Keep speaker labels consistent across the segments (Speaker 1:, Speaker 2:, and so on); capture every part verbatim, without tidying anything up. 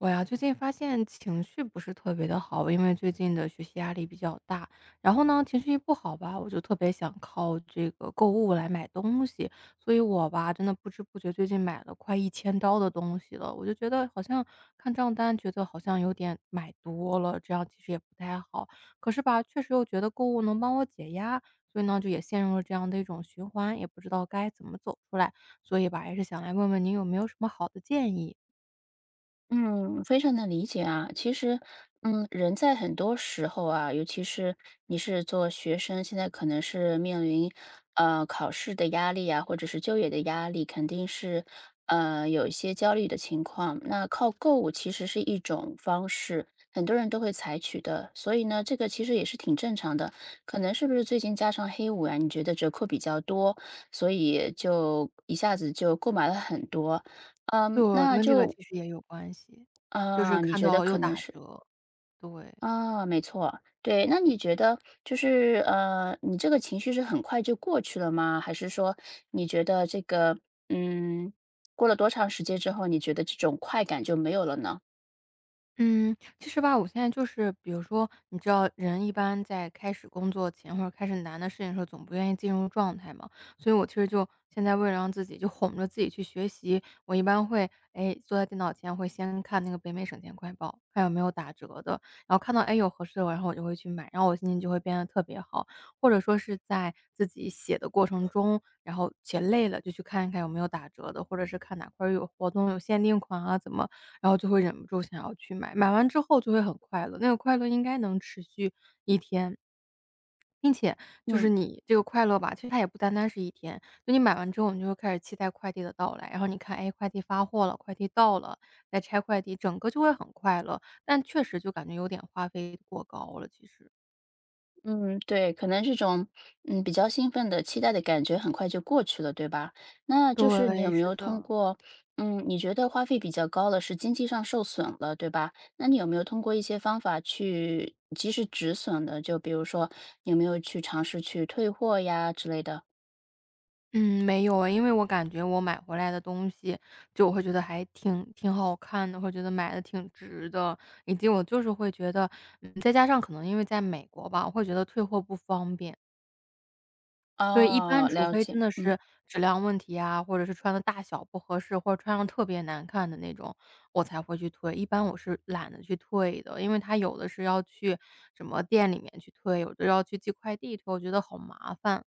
Speaker 1: 我呀，最近发现情绪不是特别的好，因为最近的学习压力比较大，然后呢，情绪一不好吧，我就特别想靠这个购物来买东西，所以我吧，真的不知不觉最近买了快一千刀的东西了，我就觉得好像看账单，觉得好像有点买多了，这样其实也不太好，可是吧，确实又觉得购物能帮我解压，所以呢，就也陷入了这样的一种循环，也不知道该怎么走出来，所以吧，也是想来问问您有没有什么好的建议。
Speaker 2: 嗯，非常能理解啊。其实，嗯，人在很多时候啊，尤其是你是做学生，现在可能是面临呃考试的压力啊，或者是就业的压力，肯定是呃有一些焦虑的情况。那靠购物其实是一种方式，很多人都会采取的。所以呢，这个其实也是挺正常的。可能是不是最近加上黑五啊，你觉得折扣比较多，所以就一下子就购买了很多。嗯，
Speaker 1: 对，
Speaker 2: 那
Speaker 1: 跟这个
Speaker 2: 就
Speaker 1: 其实也有关系，就是
Speaker 2: 啊，你
Speaker 1: 看
Speaker 2: 觉得
Speaker 1: 到
Speaker 2: 可
Speaker 1: 又
Speaker 2: 能
Speaker 1: 打
Speaker 2: 是
Speaker 1: 折，对。
Speaker 2: 啊，没错，对。那你觉得就是呃，你这个情绪是很快就过去了吗？还是说你觉得这个嗯，过了多长时间之后，你觉得这种快感就没有了呢？
Speaker 1: 嗯，其实吧，我现在就是比如说，你知道人一般在开始工作前或者开始难的事情的时候，总不愿意进入状态嘛。所以我其实就现在为了让自己就哄着自己去学习，我一般会，哎，坐在电脑前会先看那个北美省钱快报，看有没有打折的，然后看到哎有合适的，然后我就会去买，然后我心情就会变得特别好。或者说是在自己写的过程中，然后写累了就去看一看有没有打折的，或者是看哪块儿有活动、有限定款啊，怎么然后就会忍不住想要去买，买完之后就会很快乐，那个快乐应该能持续一天。并且就是
Speaker 2: 嗯。
Speaker 1: 你这个快乐吧，其实它也不单单是一天，就你买完之后你就会开始期待快递的到来，然后你看，哎，快递发货了，快递到了，再拆快递，整个就会很快乐，但确实就感觉有点花费过高了，其实。
Speaker 2: 嗯，对，可能这种嗯比较兴奋的期待的感觉很快就过去了，对吧？那就是你有
Speaker 1: 对，
Speaker 2: 没
Speaker 1: 是
Speaker 2: 有通
Speaker 1: 的。
Speaker 2: 过嗯，你觉得花费比较高了，是经济上受损了，对吧？那你有没有通过一些方法去及时止损的？就比如说，有没有去尝试去退货呀之类的？
Speaker 1: 嗯，没有诶，因为我感觉我买回来的东西，就我会觉得还挺挺好看的，会觉得买的挺值的，以及我就是会觉得嗯，再加上可能因为在美国吧，我会觉得退货不方便，所以一
Speaker 2: 哦，
Speaker 1: 般除
Speaker 2: 了
Speaker 1: 非
Speaker 2: 解，
Speaker 1: 真的
Speaker 2: 嗯。
Speaker 1: 是质量问题啊，或者是穿的大小不合适，或者穿上特别难看的那种，我才会去退。一般我是懒得去退的，因为它有的是要去什么店里面去退，有的要去寄快递退，我觉得好麻烦。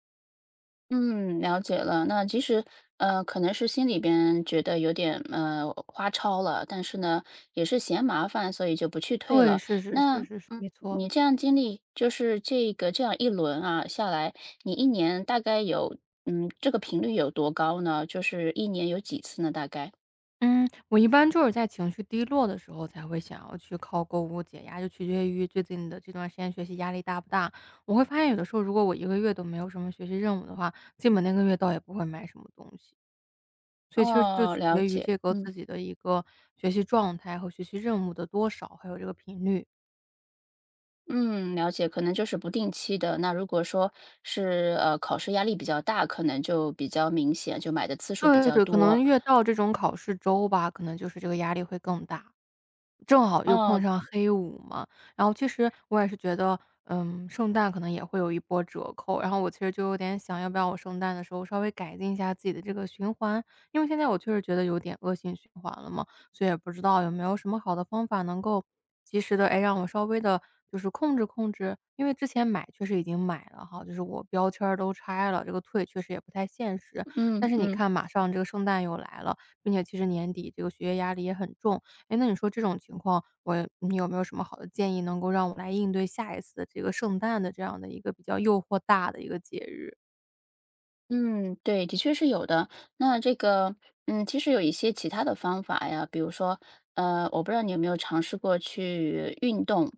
Speaker 2: 嗯，了解了。那其实，呃，可能是心里边觉得有点呃花超了，但是呢，也是嫌麻烦，所以就不去退
Speaker 1: 对，
Speaker 2: 了。
Speaker 1: 是是
Speaker 2: 那
Speaker 1: 是是是，
Speaker 2: 嗯，
Speaker 1: 没错。
Speaker 2: 你这样经历，就是这个这样一轮啊下来，你一年大概有嗯这个频率有多高呢？就是一年有几次呢？大概？
Speaker 1: 嗯，我一般就是在情绪低落的时候才会想要去靠购物解压，就取决于最近的这段时间学习压力大不大。我会发现有的时候，如果我一个月都没有什么学习任务的话，基本那个月倒也不会买什么东西。所以其实就
Speaker 2: 哦，
Speaker 1: 取
Speaker 2: 了
Speaker 1: 决于
Speaker 2: 解。
Speaker 1: 这个
Speaker 2: 嗯
Speaker 1: 自己的一个学习状态和学习任务的多少，还有这个频率。
Speaker 2: 嗯，了解。可能就是不定期的。那如果说是呃考试压力比较大，可能就比较明显，就买的次数比
Speaker 1: 对
Speaker 2: 较
Speaker 1: 对，可
Speaker 2: 多。
Speaker 1: 能越到这种考试周吧，可能就是这个压力会更大。正好又
Speaker 2: 哦，
Speaker 1: 碰上黑五嘛，然后其实我也是觉得，嗯，圣诞可能也会有一波折扣，然后我其实就有点想要不要我圣诞的时候稍微改进一下自己的这个循环，因为现在我确实觉得有点恶性循环了嘛，所以也不知道有没有什么好的方法能够及时的哎，让我稍微的就是控制控制。因为之前买确实已经买了哈，就是我标签儿都拆了，这个退确实也不太现实。但
Speaker 2: 嗯
Speaker 1: 是你
Speaker 2: 嗯
Speaker 1: 看马上这个圣诞又来了，并且其实年底这个学业压力也很重。哎，那你说这种情况，我你有没有什么好的建议，能够让我来应对下一次的这个圣诞的这样的一个比较诱惑大的一个节日？
Speaker 2: 嗯，对，的确是有的。那这个，嗯，其实有一些其他的方法呀，比如说，呃，我不知道你有没有尝试过去运动，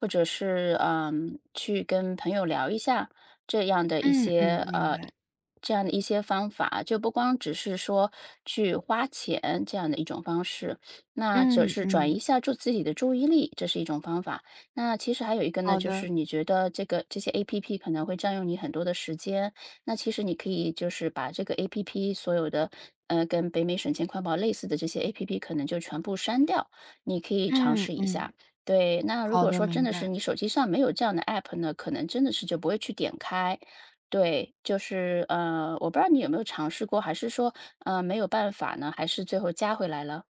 Speaker 2: 或者是嗯，去跟朋友聊一下这样的一
Speaker 1: 嗯
Speaker 2: 些
Speaker 1: 嗯，明
Speaker 2: 呃，
Speaker 1: 白。
Speaker 2: 这样的一些方法，就不光只是说去花钱这样的一种方式，那就
Speaker 1: 嗯
Speaker 2: 是转移
Speaker 1: 嗯，
Speaker 2: 一下注自己的注意力，这是一种方法。那其实还有一个呢，
Speaker 1: 好
Speaker 2: 就是
Speaker 1: 的。
Speaker 2: 你觉得这个这些 A P P 可能会占用你很多的时间，那其实你可以就是把这个 A P P 所有的，呃，跟北美省钱快报类似的这些 A P P 可能就全部删掉，你可以尝
Speaker 1: 嗯
Speaker 2: 试一下。
Speaker 1: 嗯，
Speaker 2: 对，那如
Speaker 1: 好
Speaker 2: 果
Speaker 1: 的，
Speaker 2: 说真
Speaker 1: 明
Speaker 2: 的是
Speaker 1: 白。
Speaker 2: 你手机上没有这样的 app 呢，可能真的是就不会去点开。对，就是呃，我不知道你有没有尝试过，还是说呃没有办法呢？还是最后加回来了？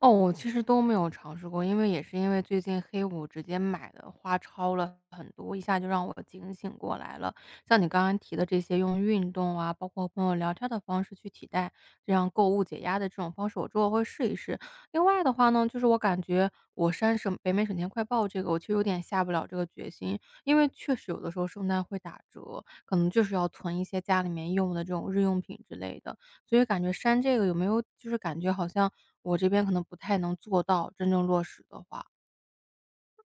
Speaker 1: 哦，我其实都没有尝试过，因为也是因为最近黑五直接买的花超了很多，一下就让我警醒过来了。像你刚刚提的这些，用运动啊，包括和朋友聊天的方式去替代这样购物解压的这种方式，我之后会试一试。另外的话呢，就是我感觉我删省北美省钱快报这个，我其实有点下不了这个决心，因为确实有的时候圣诞会打折，可能就是要囤一些家里面用的这种日用品之类的。所以感觉删这个有没有就是感觉好像我这边可能不太能做到真正落实的话。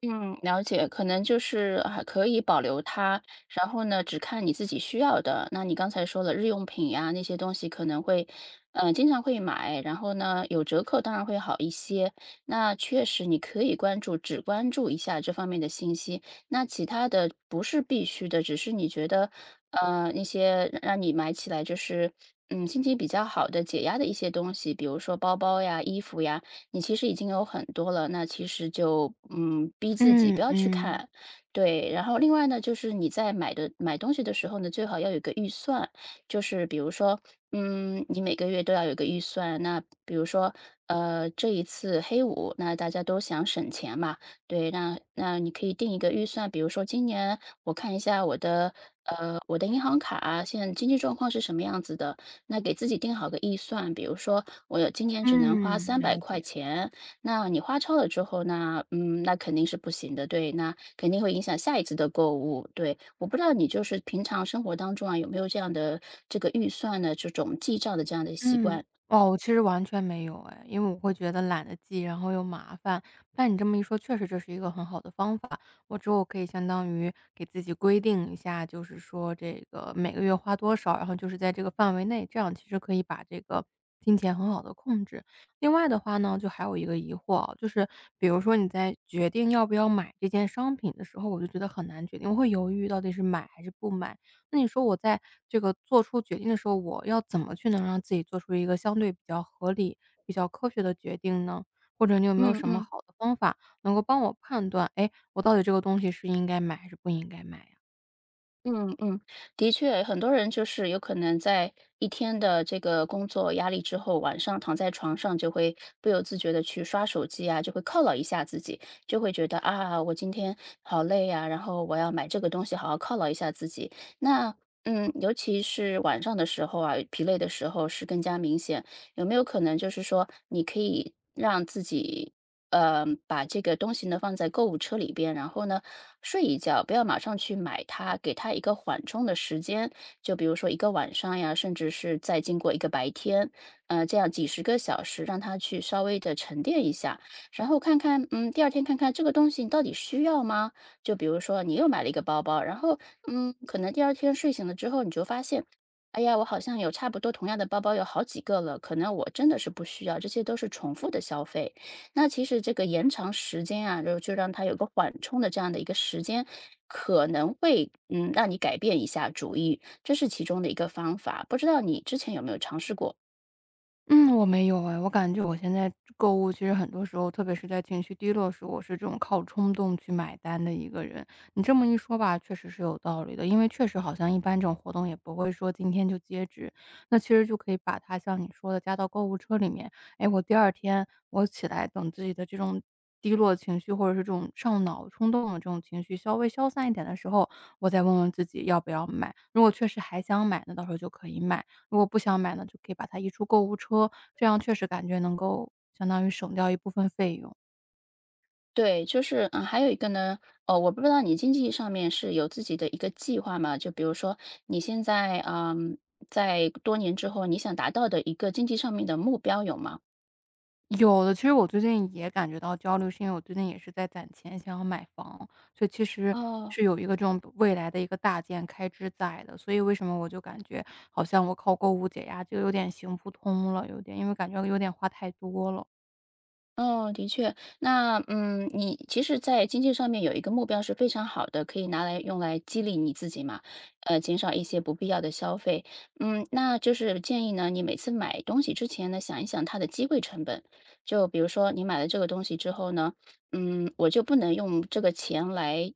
Speaker 2: 嗯，了解，可能就是还可以保留它，然后呢，只看你自己需要的。那你刚才说了，日用品呀那些东西可能会，嗯、经常会买，然后呢，有折扣当然会好一些。那确实你可以关注，只关注一下这方面的信息。那其他的不是必须的，只是你觉得，呃，那些让你买起来就是，嗯，心情比较好的解压的一些东西，比如说包包呀、衣服呀。你其实已经有很多了，那其实就嗯，逼自己
Speaker 1: 嗯
Speaker 2: 不要去
Speaker 1: 嗯，
Speaker 2: 看，对。然后另外呢，就是你在买的买东西的时候呢，最好要有个预算，就是比如说，嗯，你每个月都要有个预算。那比如说，呃，这一次黑五，那大家都想省钱嘛，对，那那你可以定一个预算，比如说今年我看一下我的呃我的银行卡现在经济状况是什么样子的，那给自己定好个预算，比如说我有今年只能花
Speaker 1: 嗯，
Speaker 2: 三百
Speaker 1: 了
Speaker 2: 块
Speaker 1: 解。
Speaker 2: 钱，那你花超了之后呢，嗯，那肯定是不行的，对，那肯定会影响下一次的购物。对，我不知道你就是平常生活当中啊，有没有这样的这个预算的这种记账的这样的习
Speaker 1: 嗯，
Speaker 2: 惯？
Speaker 1: 哦，我其实完全没有哎，因为我会觉得懒得记，然后又麻烦。但你这么一说，确实这是一个很好的方法。我之后可以相当于给自己规定一下，就是说这个每个月花多少，然后就是在这个范围内，这样其实可以把这个金钱很好的控制。另外的话呢，就还有一个疑惑啊，就是比如说你在决定要不要买这件商品的时候，我就觉得很难决定，我会犹豫到底是买还是不买。那你说我在这个做出决定的时候，我要怎么去能让自己做出一个相对比较合理、比较科学的决定呢？或者你有没有
Speaker 2: 嗯
Speaker 1: 什么
Speaker 2: 嗯。
Speaker 1: 好的方法能够帮我判断，哎，我到底这个东西是应该买还是不应该买呀？
Speaker 2: 嗯嗯，的确，很多人就是有可能在一天的这个工作压力之后，晚上躺在床上就会不由自觉的去刷手机啊，就会犒劳一下自己，就会觉得啊，我今天好累呀，然后我要买这个东西，好好犒劳一下自己。那嗯，尤其是晚上的时候啊，疲累的时候是更加明显。有没有可能就是说，你可以让自己呃，把这个东西呢放在购物车里边，然后呢睡一觉，不要马上去买它，给它一个缓冲的时间。就比如说一个晚上呀，甚至是再经过一个白天，呃，这样几十个小时，让它去稍微的沉淀一下，然后看看，嗯，第二天看看这个东西你到底需要吗？就比如说你又买了一个包包，然后，嗯，可能第二天睡醒了之后，你就发现。哎呀，我好像有差不多同样的包包有好几个了，可能我真的是不需要，这些都是重复的消费。那其实这个延长时间啊，就就让它有个缓冲的这样的一个时间，可能会嗯让你改变一下主意，这是其中的一个方法。不知道你之前有没有尝试过？
Speaker 1: 嗯，我没有哎，我感觉我现在购物其实很多时候，特别是在情绪低落时，我是这种靠冲动去买单的一个人。你这么一说吧，确实是有道理的，因为确实好像一般这种活动也不会说今天就截止，那其实就可以把它像你说的加到购物车里面。哎，我第二天我起来等自己的这种低落情绪，或者是这种上脑冲动的这种情绪稍微消散一点的时候，我再问问自己要不要买。如果确实还想买，那到时候就可以买。如果不想买呢，就可以把它移出购物车，这样确实感觉能够相当于省掉一部分费用。
Speaker 2: 对，就是嗯，还有一个呢，哦，我不知道你经济上面是有自己的一个计划吗？就比如说你现在嗯，在多年之后，你想达到的一个经济上面的目标有吗？
Speaker 1: 有的，其实我最近也感觉到焦虑，是因为我最近也是在攒钱，想要买房，所以其实
Speaker 2: 哦，
Speaker 1: 是有一个这种未来的一个大件开支在的。所以为什么我就感觉好像我靠购物解压就有点行不通了，有点因为感觉有点花太多了。
Speaker 2: 哦，的确，那嗯，你其实，在经济上面有一个目标是非常好的，可以拿来用来激励你自己嘛，呃，减少一些不必要的消费。嗯，那就是建议呢，你每次买东西之前呢，想一想它的机会成本。就比如说，你买了这个东西之后呢，嗯，我就不能用这个钱来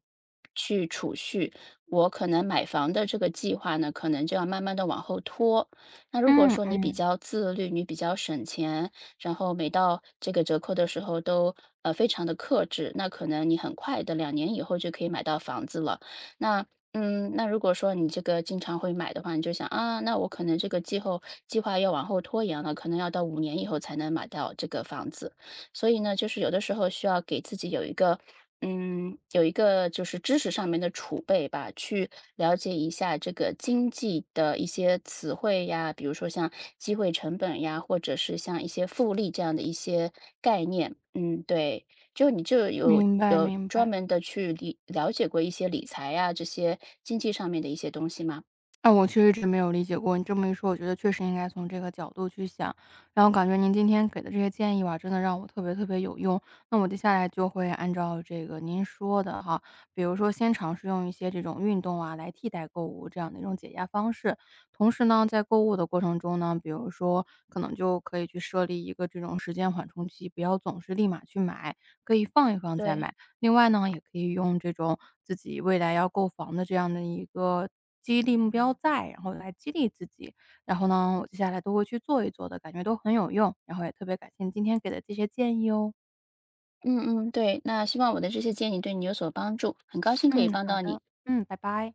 Speaker 2: 去储蓄，我可能买房的这个计划呢，可能就要慢慢的往后拖。那如果
Speaker 1: 嗯
Speaker 2: 说你比
Speaker 1: 嗯。
Speaker 2: 较自律，你比较省钱。然后每到这个折扣的时候都呃非常的克制，那可能你很快的两年以后就可以买到房子了。那嗯，那如果说你这个经常会买的话，你就想啊，那我可能这个计后计划要往后拖延了，可能要到五年以后才能买到这个房子。所以呢，就是有的时候需要给自己有一个嗯，有一个就是知识上面的储备吧，去了解一下这个经济的一些词汇呀，比如说像机会成本呀，或者是像一些复利这样的一些概念。嗯，对，就你就有
Speaker 1: 明白
Speaker 2: 有
Speaker 1: 明
Speaker 2: 专
Speaker 1: 白。
Speaker 2: 门的去理了解过一些理财呀，这些经济上面的一些东西吗？
Speaker 1: 那我确实一直没有理解过，你这么一说，我觉得确实应该从这个角度去想。然后感觉您今天给的这些建议吧，真的让我特别特别有用。那我接下来就会按照这个您说的哈，比如说先尝试用一些这种运动啊来替代购物这样的一种解压方式。同时呢，在购物的过程中呢，比如说可能就可以去设立一个这种时间缓冲期，不要总是立马去买，可以放一放再
Speaker 2: 对，
Speaker 1: 买。另外呢，也可以用这种自己未来要购房的这样的一个激励目标在，然后来激励自己。然后呢，我接下来都会去做一做的，感觉都很有用，然后也特别感谢你今天给的这些建议哦。
Speaker 2: 嗯嗯，对，那希望我的这些建议对你有所帮助，很高兴可以
Speaker 1: 嗯，
Speaker 2: 帮
Speaker 1: 好
Speaker 2: 到你。
Speaker 1: 的，嗯，拜拜。